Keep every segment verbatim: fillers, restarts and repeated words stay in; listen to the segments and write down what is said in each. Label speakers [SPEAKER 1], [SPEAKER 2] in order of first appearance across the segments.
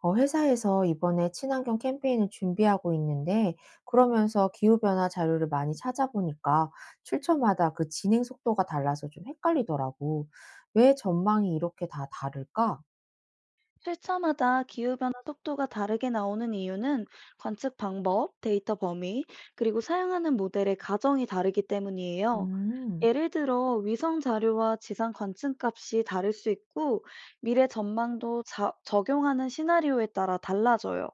[SPEAKER 1] 어, 회사에서 이번에 친환경 캠페인을 준비하고 있는데, 그러면서 기후변화 자료를 많이 찾아보니까 출처마다 그 진행 속도가 달라서 좀 헷갈리더라고. 왜 전망이 이렇게 다 다를까?
[SPEAKER 2] 실차마다 기후변화 속도가 다르게 나오는 이유는 관측 방법, 데이터 범위, 그리고 사용하는 모델의 가정이 다르기 때문이에요.
[SPEAKER 1] 음,
[SPEAKER 2] 예를 들어 위성 자료와 지상 관측 값이 다를 수 있고 미래 전망도 자- 적용하는 시나리오에 따라 달라져요.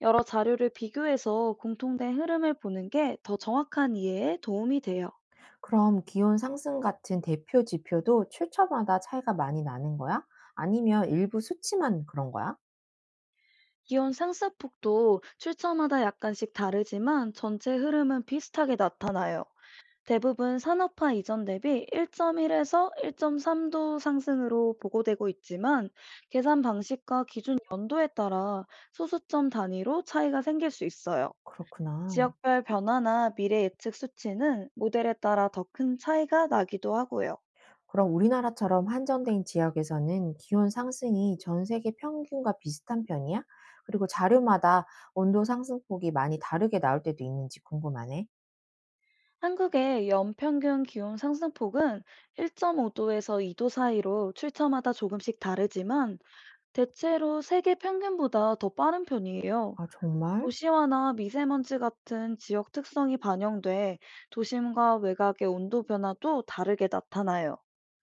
[SPEAKER 2] 여러 자료를 비교해서 공통된 흐름을 보는 게 더 정확한 이해에 도움이 돼요.
[SPEAKER 1] 그럼 기온 상승 같은 대표 지표도 출처마다 차이가 많이 나는 거야? 아니면 일부 수치만 그런 거야?
[SPEAKER 2] 기온 상승폭도 출처마다 약간씩 다르지만 전체 흐름은 비슷하게 나타나요. 대부분 산업화 이전 대비 일 점 일에서 일 점 삼 도 상승으로 보고되고 있지만 계산 방식과 기준 연도에 따라 소수점 단위로 차이가 생길 수 있어요.
[SPEAKER 1] 그렇구나.
[SPEAKER 2] 지역별 변화나 미래 예측 수치는 모델에 따라 더 큰 차이가 나기도 하고요.
[SPEAKER 1] 그럼 우리나라처럼 한정된 지역에서는 기온 상승이 전 세계 평균과 비슷한 편이야? 그리고 자료마다 온도 상승폭이 많이 다르게 나올 때도 있는지 궁금하네.
[SPEAKER 2] 한국의 연평균 기온 상승폭은 일 점 오 도에서 이 도 사이로 출처마다 조금씩 다르지만 대체로 세계 평균보다 더 빠른 편이에요.
[SPEAKER 1] 아, 정말?
[SPEAKER 2] 도시화나 미세먼지 같은 지역 특성이 반영돼 도심과 외곽의 온도 변화도 다르게 나타나요.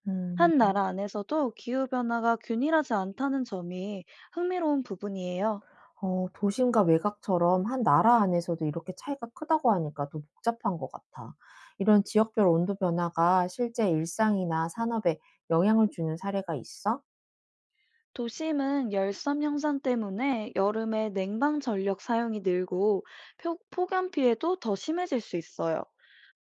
[SPEAKER 1] 음.
[SPEAKER 2] 한 나라 안에서도 기후변화가 균일하지 않다는 점이 흥미로운 부분이에요.
[SPEAKER 1] 어, 도심과 외곽처럼 한 나라 안에서도 이렇게 차이가 크다고 하니까 더 복잡한 것 같아. 이런 지역별 온도 변화가 실제 일상이나 산업에 영향을 주는 사례가 있어?
[SPEAKER 2] 도심은 열섬 형상 때문에 여름에 냉방 전력 사용이 늘고 표- 폭염 피해도 더 심해질 수 있어요.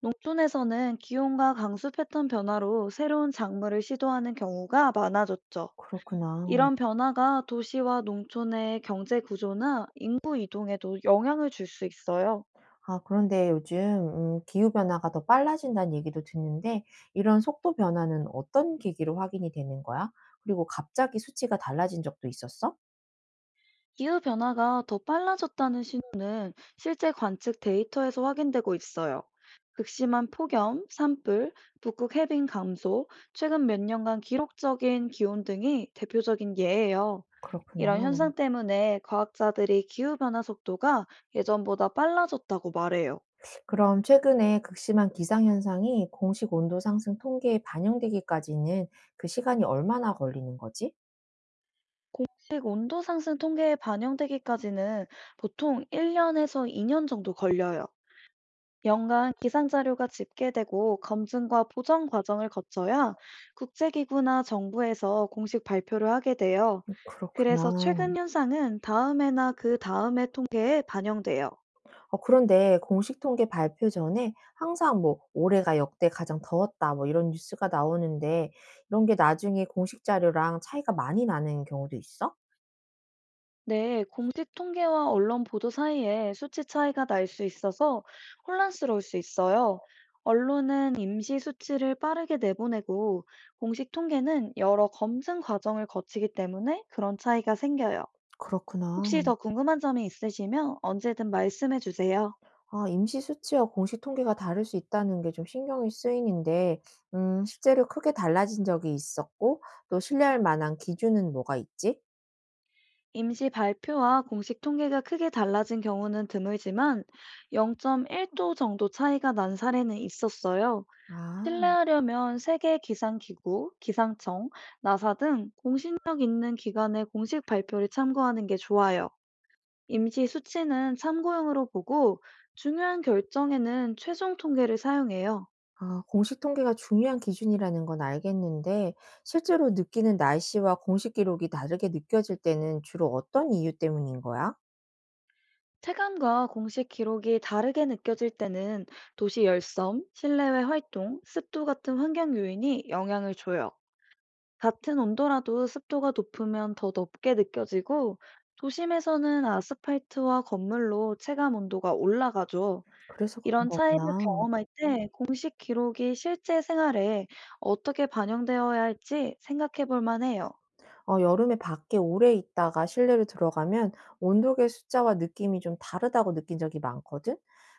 [SPEAKER 2] 농촌에서는 기온과 강수 패턴 변화로 새로운 작물을 시도하는 경우가 많아졌죠.
[SPEAKER 1] 그렇구나.
[SPEAKER 2] 이런 변화가 도시와 농촌의 경제 구조나 인구 이동에도 영향을 줄 수 있어요.
[SPEAKER 1] 아, 그런데 요즘 음 기후 변화가 더 빨라진다는 얘기도 듣는데 이런 속도 변화는 어떤 계기로 확인이 되는 거야? 그리고 갑자기 수치가 달라진 적도 있었어?
[SPEAKER 2] 기후 변화가 더 빨라졌다는 신호는 실제 관측 데이터에서 확인되고 있어요. 극심한 폭염, 산불, 북극 해빙 감소, 최근 몇 년간 기록적인 기온 등이 대표적인 예예요. 이런
[SPEAKER 1] 그렇구나.
[SPEAKER 2] 현상 때문에 과학자들이 기후 변화 속도가 예전보다 빨라졌다고 말해요.
[SPEAKER 1] 그럼 최근에 극심한 기상현상이 공식 온도 상승 통계에 반영되기까지는 그 시간이 얼마나 걸리는 거지?
[SPEAKER 2] 공식 온도 상승 통계에 반영되기까지는 보통 일 년에서 이 년 정도 걸려요. 연간 기상 자료가 집계되고 검증과 보정 과정을 거쳐야 국제기구나 정부에서 공식 발표를 하게 돼요. 그래서 최근
[SPEAKER 1] 그렇구나.
[SPEAKER 2] 현상은 다음해나 그 다음해 통계에 반영돼요.
[SPEAKER 1] 어, 그런데 공식 통계 발표 전에 항상 뭐 "올해가 역대 가장 더웠다." 뭐 이런 뉴스가 나오는데 이런 게 나중에 공식 자료랑 차이가 많이 나는 경우도 있어?
[SPEAKER 2] 네, 공식 통계와 언론 보도 사이에 수치 차이가 날 수 있어서 혼란스러울 수 있어요. 언론은 임시 수치를 빠르게 내보내고 공식 통계는 여러 검증 과정을 거치기 때문에 그런 차이가 생겨요. 혹시
[SPEAKER 1] 그렇구나.
[SPEAKER 2] 더 궁금한 점이 있으시면 언제든 말씀해 주세요.
[SPEAKER 1] 아, 임시 수치와 공식 통계가 다를 수 있다는 게 좀 신경이 쓰이는데 음 실제로 크게 달라진 적이 있었고 또 신뢰할 만한 기준은 뭐가 있지?
[SPEAKER 2] 임시 발표와 공식 통계가 크게 달라진 경우는 드물지만 영 점 일 도 정도 차이가 난 사례는 있었어요.
[SPEAKER 1] 아.
[SPEAKER 2] 신뢰하려면 세계 기상기구, 기상청, 나사 등 공신력 있는 기관의 공식 발표를 참고하는 게 좋아요. 임시 수치는 참고용으로 보고 중요한 결정에는 최종 통계를 사용해요.
[SPEAKER 1] 아, 공식 통계가 중요한 기준이라는 건 알겠는데 실제로 느끼는 날씨와 공식 기록이 다르게 느껴질 때는 주로 어떤 이유 때문인 거야?
[SPEAKER 2] 체감과 공식 기록이 다르게 느껴질 때는 도시 열섬, 실내외 활동, 습도 같은 환경 요인이 영향을 줘요. 같은 온도라도 습도가 높으면 더 높게 느껴지고 도심에서는 아스팔트와 건물로 체감 온도가 올라가죠.
[SPEAKER 1] 그래서 그런
[SPEAKER 2] 이런 차이를
[SPEAKER 1] 거구나.
[SPEAKER 2] 경험할 때 공식 기록이 실제 생활에 어떻게 반영되어야 할지 생각해 볼 만해요.
[SPEAKER 1] 어 여름에 밖에 오래 있다가 실내로 들어가면 온도계 숫자와 느낌이 좀 다르다고 느낀 적이 많거든.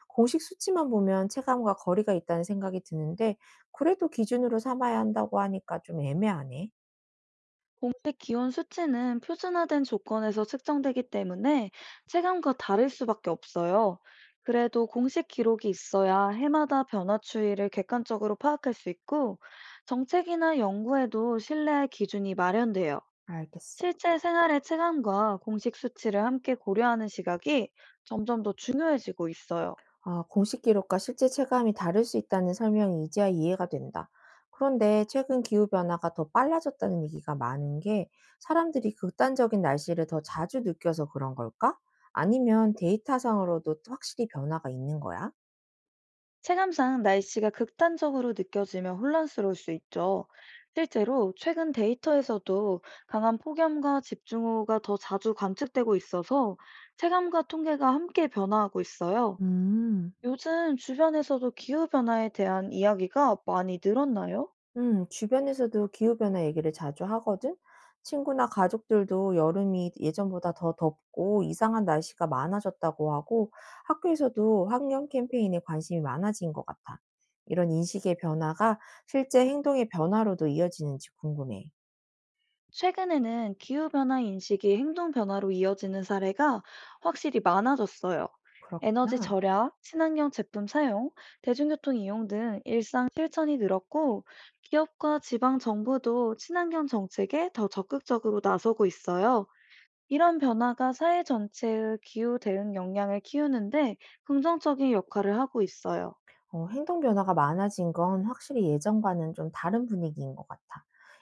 [SPEAKER 1] 공식 수치만 보면 체감과 거리가 있다는 생각이 드는데 그래도 기준으로 삼아야 한다고 하니까 좀 애매하네.
[SPEAKER 2] 공식 기온 수치는 표준화된 조건에서 측정되기 때문에 체감과 다를 수밖에 없어요. 그래도 공식 기록이 있어야 해마다 변화 추이를 객관적으로 파악할 수 있고, 정책이나 연구에도 신뢰할 기준이 마련돼요.
[SPEAKER 1] 알겠어.
[SPEAKER 2] 실제 생활의 체감과 공식 수치를 함께 고려하는 시각이 점점 더 중요해지고 있어요.
[SPEAKER 1] 아, 공식 기록과 실제 체감이 다를 수 있다는 설명이 이제야 이해가 된다. 그런데 최근 기후변화가 더 빨라졌다는 얘기가 많은 게 사람들이 극단적인 날씨를 더 자주 느껴서 그런 걸까? 아니면 데이터상으로도 확실히 변화가 있는 거야?
[SPEAKER 2] 체감상 날씨가 극단적으로 느껴지면 혼란스러울 수 있죠. 실제로 최근 데이터에서도 강한 폭염과 집중호우가 더 자주 관측되고 있어서 체감과 통계가 함께 변화하고 있어요.
[SPEAKER 1] 음.
[SPEAKER 2] 요즘 주변에서도 기후변화에 대한 이야기가 많이 늘었나요?
[SPEAKER 1] 음, 주변에서도 기후변화 얘기를 자주 하거든? 친구나 가족들도 여름이 예전보다 더 덥고 이상한 날씨가 많아졌다고 하고 학교에서도 환경 캠페인에 관심이 많아진 것 같아. 이런 인식의 변화가 실제 행동의 변화로도 이어지는지 궁금해.
[SPEAKER 2] 최근에는 기후변화 인식이 행동 변화로 이어지는 사례가 확실히 많아졌어요. 에너지
[SPEAKER 1] 그렇구나.
[SPEAKER 2] 절약, 친환경 제품 사용, 대중교통 이용 등 일상 실천이 늘었고, 기업과 지방 정부도 친환경 정책에 더 적극적으로 나서고 있어요. 이런 변화가 사회 전체의 기후 대응 역량을 키우는데 긍정적인 역할을 하고 있어요.
[SPEAKER 1] 어 행동 변화가 많아진 건 확실히 예전과는 좀 다른 분위기인 것 같아.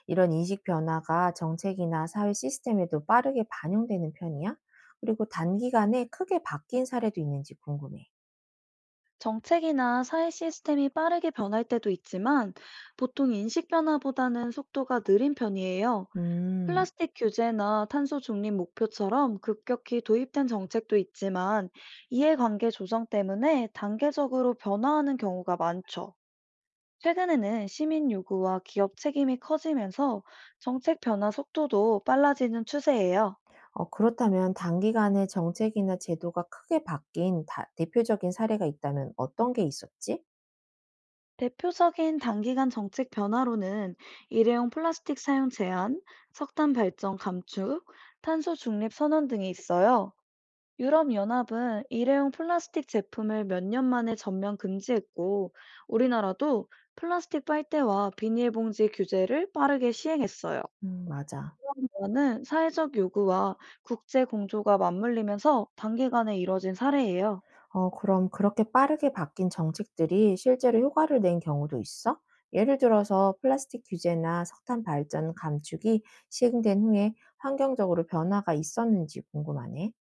[SPEAKER 1] 이런 인식 변화가 정책이나 사회 시스템에도 빠르게 반영되는 편이야? 그리고 단기간에 크게 바뀐 사례도 있는지 궁금해.
[SPEAKER 2] 정책이나 사회 시스템이 빠르게 변할 때도 있지만 보통 인식 변화보다는 속도가 느린 편이에요.
[SPEAKER 1] 음,
[SPEAKER 2] 플라스틱 규제나 탄소 중립 목표처럼 급격히 도입된 정책도 있지만 이해관계 조정 때문에 단계적으로 변화하는 경우가 많죠. 최근에는 시민 요구와 기업 책임이 커지면서 정책 변화 속도도 빨라지는 추세예요.
[SPEAKER 1] 어, 그렇다면 단기간에 정책이나 제도가 크게 바뀐 다, 대표적인 사례가 있다면 어떤 게 있었지?
[SPEAKER 2] 대표적인 단기간 정책 변화로는 일회용 플라스틱 사용 제한, 석탄 발전 감축, 탄소 중립 선언 등이 있어요. 유럽연합은 일회용 플라스틱 제품을 몇 년 만에 전면 금지했고, 우리나라도 플라스틱 빨대와 비닐봉지 규제를 빠르게 시행했어요.
[SPEAKER 1] 음, 맞아.
[SPEAKER 2] 이는 사회적 요구와 국제 공조가 맞물리면서 단기간에 이뤄진 사례예요.
[SPEAKER 1] 어, 그럼 그렇게 빠르게 바뀐 정책들이 실제로 효과를 낸 경우도 있어? 예를 들어서 플라스틱 규제나 석탄 발전 감축이 시행된 후에 환경적으로 변화가 있었는지 궁금하네.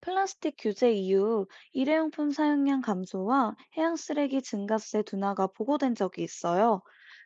[SPEAKER 2] 플라스틱 규제 이후 일회용품 사용량 감소와 해양 쓰레기 증가세 둔화가 보고된 적이 있어요.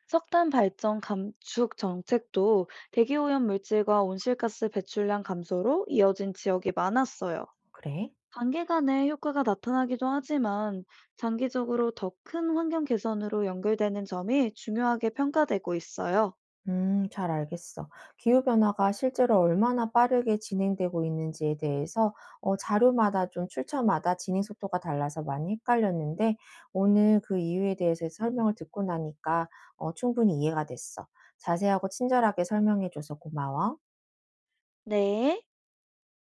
[SPEAKER 2] 석탄 발전 감축 정책도 대기오염 물질과 온실가스 배출량 감소로 이어진 지역이 많았어요.
[SPEAKER 1] 그래?
[SPEAKER 2] 단기간에 효과가 나타나기도 하지만 장기적으로 더 큰 환경 개선으로 연결되는 점이 중요하게 평가되고 있어요.
[SPEAKER 1] 음, 잘 알겠어. 기후변화가 실제로 얼마나 빠르게 진행되고 있는지에 대해서 어, 자료마다 좀 출처마다 진행 속도가 달라서 많이 헷갈렸는데 오늘 그 이유에 대해서 설명을 듣고 나니까 어, 충분히 이해가 됐어. 자세하고 친절하게 설명해줘서 고마워.
[SPEAKER 2] 네.